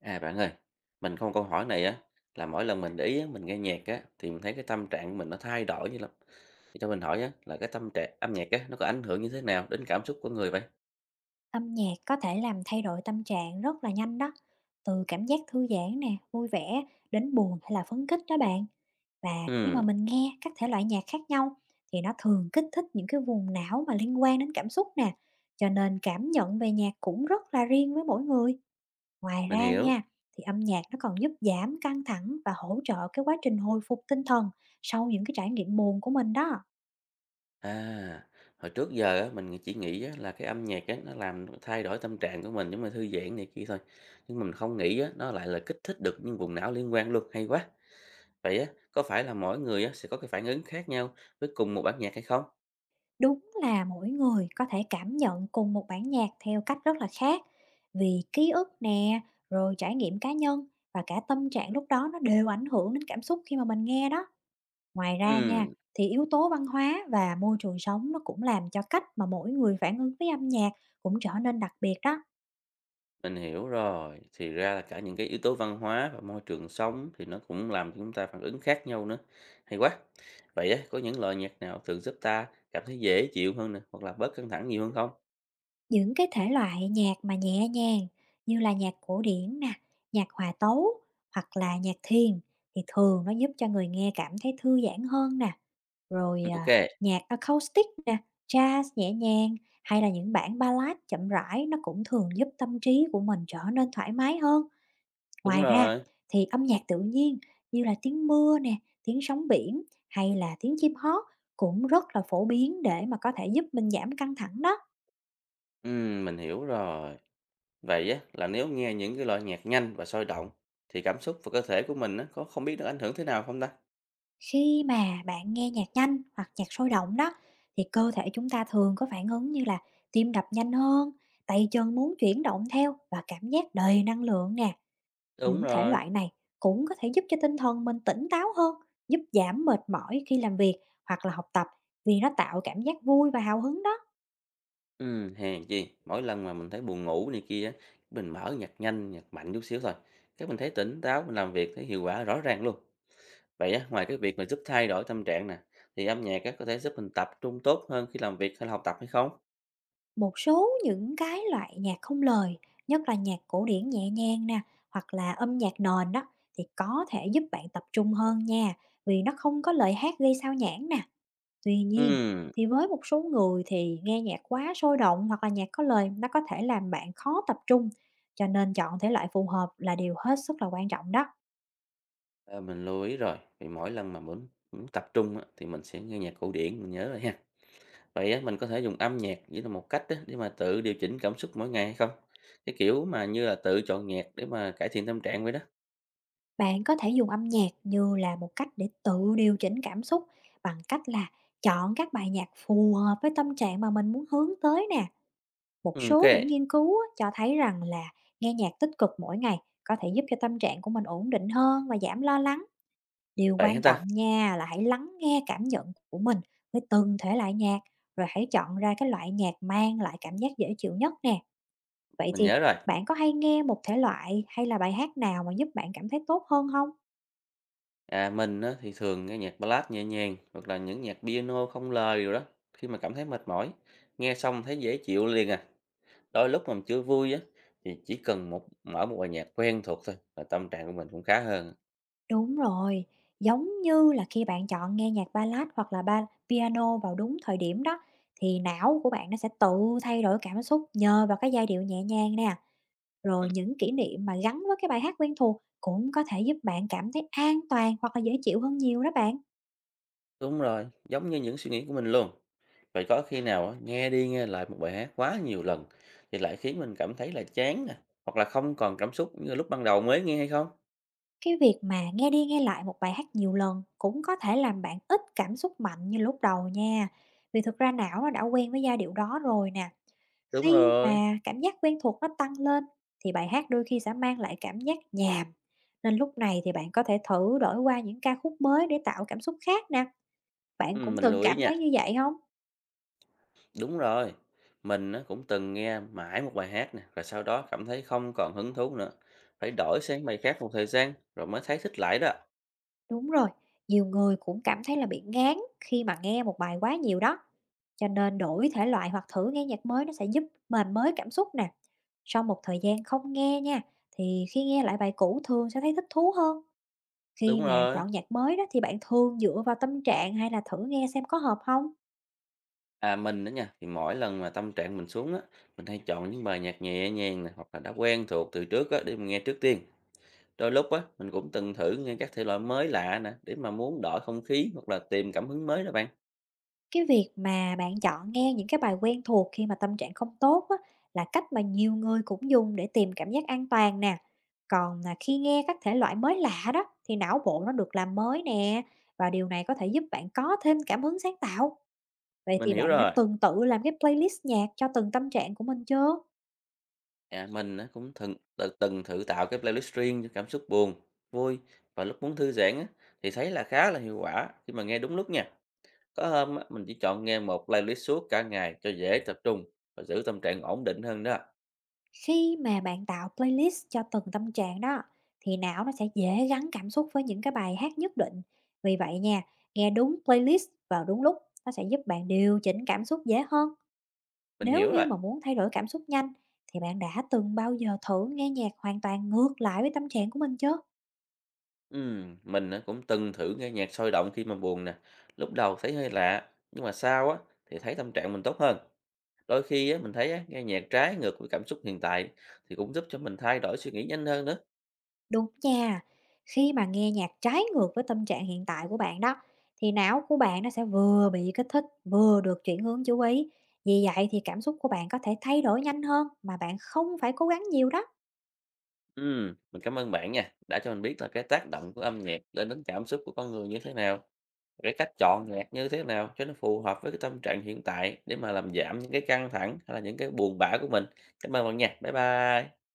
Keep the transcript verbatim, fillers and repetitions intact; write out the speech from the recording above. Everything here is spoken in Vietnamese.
À bạn ơi, mình có một câu hỏi này á, là mỗi lần mình để ý á, mình nghe nhạc á, thì mình thấy cái tâm trạng của mình nó thay đổi như lắm. Thì cho mình hỏi á, là cái tâm trạng âm nhạc á, nó có ảnh hưởng như thế nào đến cảm xúc của người vậy? Âm nhạc có thể làm thay đổi tâm trạng rất là nhanh đó, từ cảm giác thư giãn nè, vui vẻ đến buồn hay là phấn khích đó bạn. Và khi mà Ừ, mình nghe các thể loại nhạc khác nhau thì nó thường kích thích những cái vùng não mà liên quan đến cảm xúc nè, cho nên cảm nhận về nhạc cũng rất là riêng với mỗi người. Ngoài mình ra hiểu. nha, thì âm nhạc nó còn giúp giảm căng thẳng và hỗ trợ cái quá trình hồi phục tinh thần sau những cái trải nghiệm buồn của mình đó. À, hồi trước giờ á, mình chỉ nghĩ á, là cái âm nhạc á, nó làm thay đổi tâm trạng của mình giống như thư giãn này kia thôi. Nhưng mình không nghĩ á, nó lại là kích thích được những vùng não liên quan luôn, hay quá. Vậy á, có phải là mỗi người á, sẽ có cái phản ứng khác nhau với cùng một bản nhạc hay không? Đúng là mỗi người có thể cảm nhận cùng một bản nhạc theo cách rất là khác, vì ký ức nè, rồi trải nghiệm cá nhân và cả tâm trạng lúc đó nó đều ảnh hưởng đến cảm xúc khi mà mình nghe đó. Ngoài ra Ừ. nha, thì yếu tố văn hóa và môi trường sống nó cũng làm cho cách mà mỗi người phản ứng với âm nhạc cũng trở nên đặc biệt đó. Mình hiểu rồi, thì ra là cả những cái yếu tố văn hóa và môi trường sống thì nó cũng làm cho chúng ta phản ứng khác nhau nữa. Hay quá. Vậy á, có những loại nhạc nào thường giúp ta cảm thấy dễ chịu hơn nè, hoặc là bớt căng thẳng nhiều hơn không? Những cái thể loại nhạc mà nhẹ nhàng như là nhạc cổ điển nè, nhạc hòa tấu hoặc là nhạc thiền thì thường nó giúp cho người nghe cảm thấy thư giãn hơn nè. Rồi, Ừ, ok, à, nhạc acoustic nè, jazz nhẹ nhàng hay là những bản ballad chậm rãi nó cũng thường giúp tâm trí của mình trở nên thoải mái hơn. đúng Ngoài ra rồi. thì âm nhạc tự nhiên như là tiếng mưa nè, tiếng sóng biển hay là tiếng chim hót cũng rất là phổ biến để mà có thể giúp mình giảm căng thẳng đó. Ừ, mình hiểu rồi. Vậy á, là nếu nghe những cái loại nhạc nhanh và sôi động thì cảm xúc và cơ thể của mình á, có không biết được ảnh hưởng thế nào không ta? Khi mà bạn nghe nhạc nhanh hoặc nhạc sôi động đó thì cơ thể chúng ta thường có phản ứng như là tim đập nhanh hơn, tay chân muốn chuyển động theo và cảm giác đầy năng lượng nè. Đúng Những thể rồi. loại này cũng có thể giúp cho tinh thần mình tỉnh táo hơn, giúp giảm mệt mỏi khi làm việc hoặc là học tập vì nó tạo cảm giác vui và hào hứng đó. Ừm, hèn chi, mỗi lần mà mình thấy buồn ngủ này kia á, mình mở nhạc nhanh, nhạc mạnh chút xíu thôi, cái mình thấy tỉnh táo, mình làm việc thấy hiệu quả rõ ràng luôn. Vậy á, ngoài cái việc mà giúp thay đổi tâm trạng nè, thì âm nhạc á, có thể giúp mình tập trung tốt hơn khi làm việc hay là học tập hay không? Một số những cái loại nhạc không lời, nhất là nhạc cổ điển nhẹ nhàng nè, hoặc là âm nhạc nền đó thì có thể giúp bạn tập trung hơn nha, vì nó không có lời hát gây sao nhãng nè. Tuy nhiên, Ừm, thì với một số người thì nghe nhạc quá sôi động hoặc là nhạc có lời nó có thể làm bạn khó tập trung, cho nên chọn thể loại phù hợp là điều hết sức là quan trọng đó. ờ, mình lưu ý rồi, vì mỗi lần mà muốn, muốn tập trung á, thì mình sẽ nghe nhạc cổ điển, mình nhớ rồi ha. Vậy á, mình có thể dùng âm nhạc như là một cách á, để mà tự điều chỉnh cảm xúc mỗi ngày hay không? Cái kiểu mà như là tự chọn nhạc để mà cải thiện tâm trạng vậy đó. Bạn có thể dùng âm nhạc như là một cách để tự điều chỉnh cảm xúc bằng cách là chọn các bài nhạc phù hợp với tâm trạng mà mình muốn hướng tới nè. Một Ok, số những nghiên cứu á, cho thấy rằng là nghe nhạc tích cực mỗi ngày có thể giúp cho tâm trạng của mình ổn định hơn và giảm lo lắng. Điều vậy hả quan trọng ta? nha là hãy lắng nghe cảm nhận của mình với từng thể loại nhạc, rồi hãy chọn ra cái loại nhạc mang lại cảm giác dễ chịu nhất nè. Vậy Mình thì nhớ rồi. bạn có hay nghe một thể loại hay là bài hát nào mà giúp bạn cảm thấy tốt hơn không? À, mình á, thì thường nghe nhạc ballad nhẹ nhàng hoặc là những nhạc piano không lời rồi đó. Khi mà cảm thấy mệt mỏi, nghe xong thấy dễ chịu liền à. Đôi lúc mà mình chưa vui á, thì chỉ cần một mở một bài nhạc quen thuộc thôi là tâm trạng của mình cũng khá hơn. Đúng rồi, giống như là khi bạn chọn nghe nhạc ballad hoặc là ba piano vào đúng thời điểm đó thì não của bạn nó sẽ tự thay đổi cảm xúc nhờ vào cái giai điệu nhẹ nhàng nè. Ừ. Rồi những kỷ niệm mà gắn với cái bài hát quen thuộc cũng có thể giúp bạn cảm thấy an toàn hoặc là dễ chịu hơn nhiều đó bạn. Đúng rồi, giống như những suy nghĩ của mình luôn. Vậy có khi nào á, nghe đi nghe lại một bài hát quá nhiều lần thì lại khiến mình cảm thấy là chán nè, hoặc là không còn cảm xúc như lúc ban đầu mới nghe hay không? Cái việc mà nghe đi nghe lại một bài hát nhiều lần cũng có thể làm bạn ít cảm xúc mạnh như lúc đầu nha. Vì thực ra não nó đã quen với giai điệu đó rồi nè. Đúng Khi rồi, mà cảm giác quen thuộc nó tăng lên thì bài hát đôi khi sẽ mang lại cảm giác nhàm, nên lúc này thì bạn có thể thử đổi qua những ca khúc mới để tạo cảm xúc khác nè. ừ, Bạn cũng mình từng lưu ý cảm nha. thấy như vậy không? Đúng rồi, mình á, cũng từng nghe mãi một bài hát nè, rồi sau đó cảm thấy không còn hứng thú nữa. Phải đổi sang bài khác một thời gian rồi mới thấy thích lại đó. Đúng rồi, nhiều người cũng cảm thấy là bị ngán khi mà nghe một bài quá nhiều đó, cho nên đổi thể loại hoặc thử nghe nhạc mới nó sẽ giúp mình mới cảm xúc nè. Sau một thời gian không nghe nha, thì khi nghe lại bài cũ thường sẽ thấy thích thú hơn. Đúng Khi mà rồi. chọn nhạc mới đó thì bạn thường dựa vào tâm trạng hay là thử nghe xem có hợp không? À mình đó nha, thì mỗi lần mà tâm trạng mình xuống á, mình hay chọn những bài nhạc nhẹ nhàng nè, hoặc là đã quen thuộc từ trước á, để mình nghe trước tiên. Đôi lúc á, mình cũng từng thử nghe các thể loại mới lạ nè, để mà muốn đổi không khí hoặc là tìm cảm hứng mới đó bạn. Cái việc mà bạn chọn nghe những cái bài quen thuộc khi mà tâm trạng không tốt á, là cách mà nhiều người cũng dùng để tìm cảm giác an toàn nè. Còn là khi nghe các thể loại mới lạ đó thì não bộ nó được làm mới nè, và điều này có thể giúp bạn có thêm cảm hứng sáng tạo. Vậy Mình thì hiểu bạn đã rồi. từng tự làm cái playlist nhạc cho từng tâm trạng của mình chưa? À, mình á, cũng từng tự- từng thử tạo cái playlist riêng cho cảm xúc buồn, vui và lúc muốn thư giãn á, thì thấy là khá là hiệu quả khi mà nghe đúng lúc nha. Có hôm á, mình chỉ chọn nghe một playlist suốt cả ngày cho dễ tập trung và giữ tâm trạng ổn định hơn đó. Khi mà bạn tạo playlist cho từng tâm trạng đó thì não nó sẽ dễ gắn cảm xúc với những cái bài hát nhất định. Vì vậy nha, nghe đúng playlist vào đúng lúc nó sẽ giúp bạn điều chỉnh cảm xúc dễ hơn. Mình Nếu hiểu như rồi. mà muốn thay đổi cảm xúc nhanh thì bạn đã từng bao giờ thử nghe nhạc hoàn toàn ngược lại với tâm trạng của mình chưa? Ừm, mình á, cũng từng thử nghe nhạc sôi động khi mà buồn nè. Lúc đầu thấy hơi lạ, nhưng mà sau á thì thấy tâm trạng mình tốt hơn. Đôi khi á, mình thấy á, nghe nhạc trái ngược với cảm xúc hiện tại thì cũng giúp cho mình thay đổi suy nghĩ nhanh hơn nữa. Đúng nha. Khi mà nghe nhạc trái ngược với tâm trạng hiện tại của bạn đó, thì não của bạn nó sẽ vừa bị kích thích, vừa được chuyển hướng chú ý. Vì vậy thì cảm xúc của bạn có thể thay đổi nhanh hơn mà bạn không phải cố gắng nhiều đó. Ừm, mình cảm ơn bạn nha, đã cho mình biết là cái tác động của âm nhạc lên đến cảm xúc của con người như thế nào, cái cách chọn nhạc như thế nào cho nó phù hợp với cái tâm trạng hiện tại để mà làm giảm những cái căng thẳng hay là những cái buồn bã của mình. Cảm ơn bạn nha. Bye bye.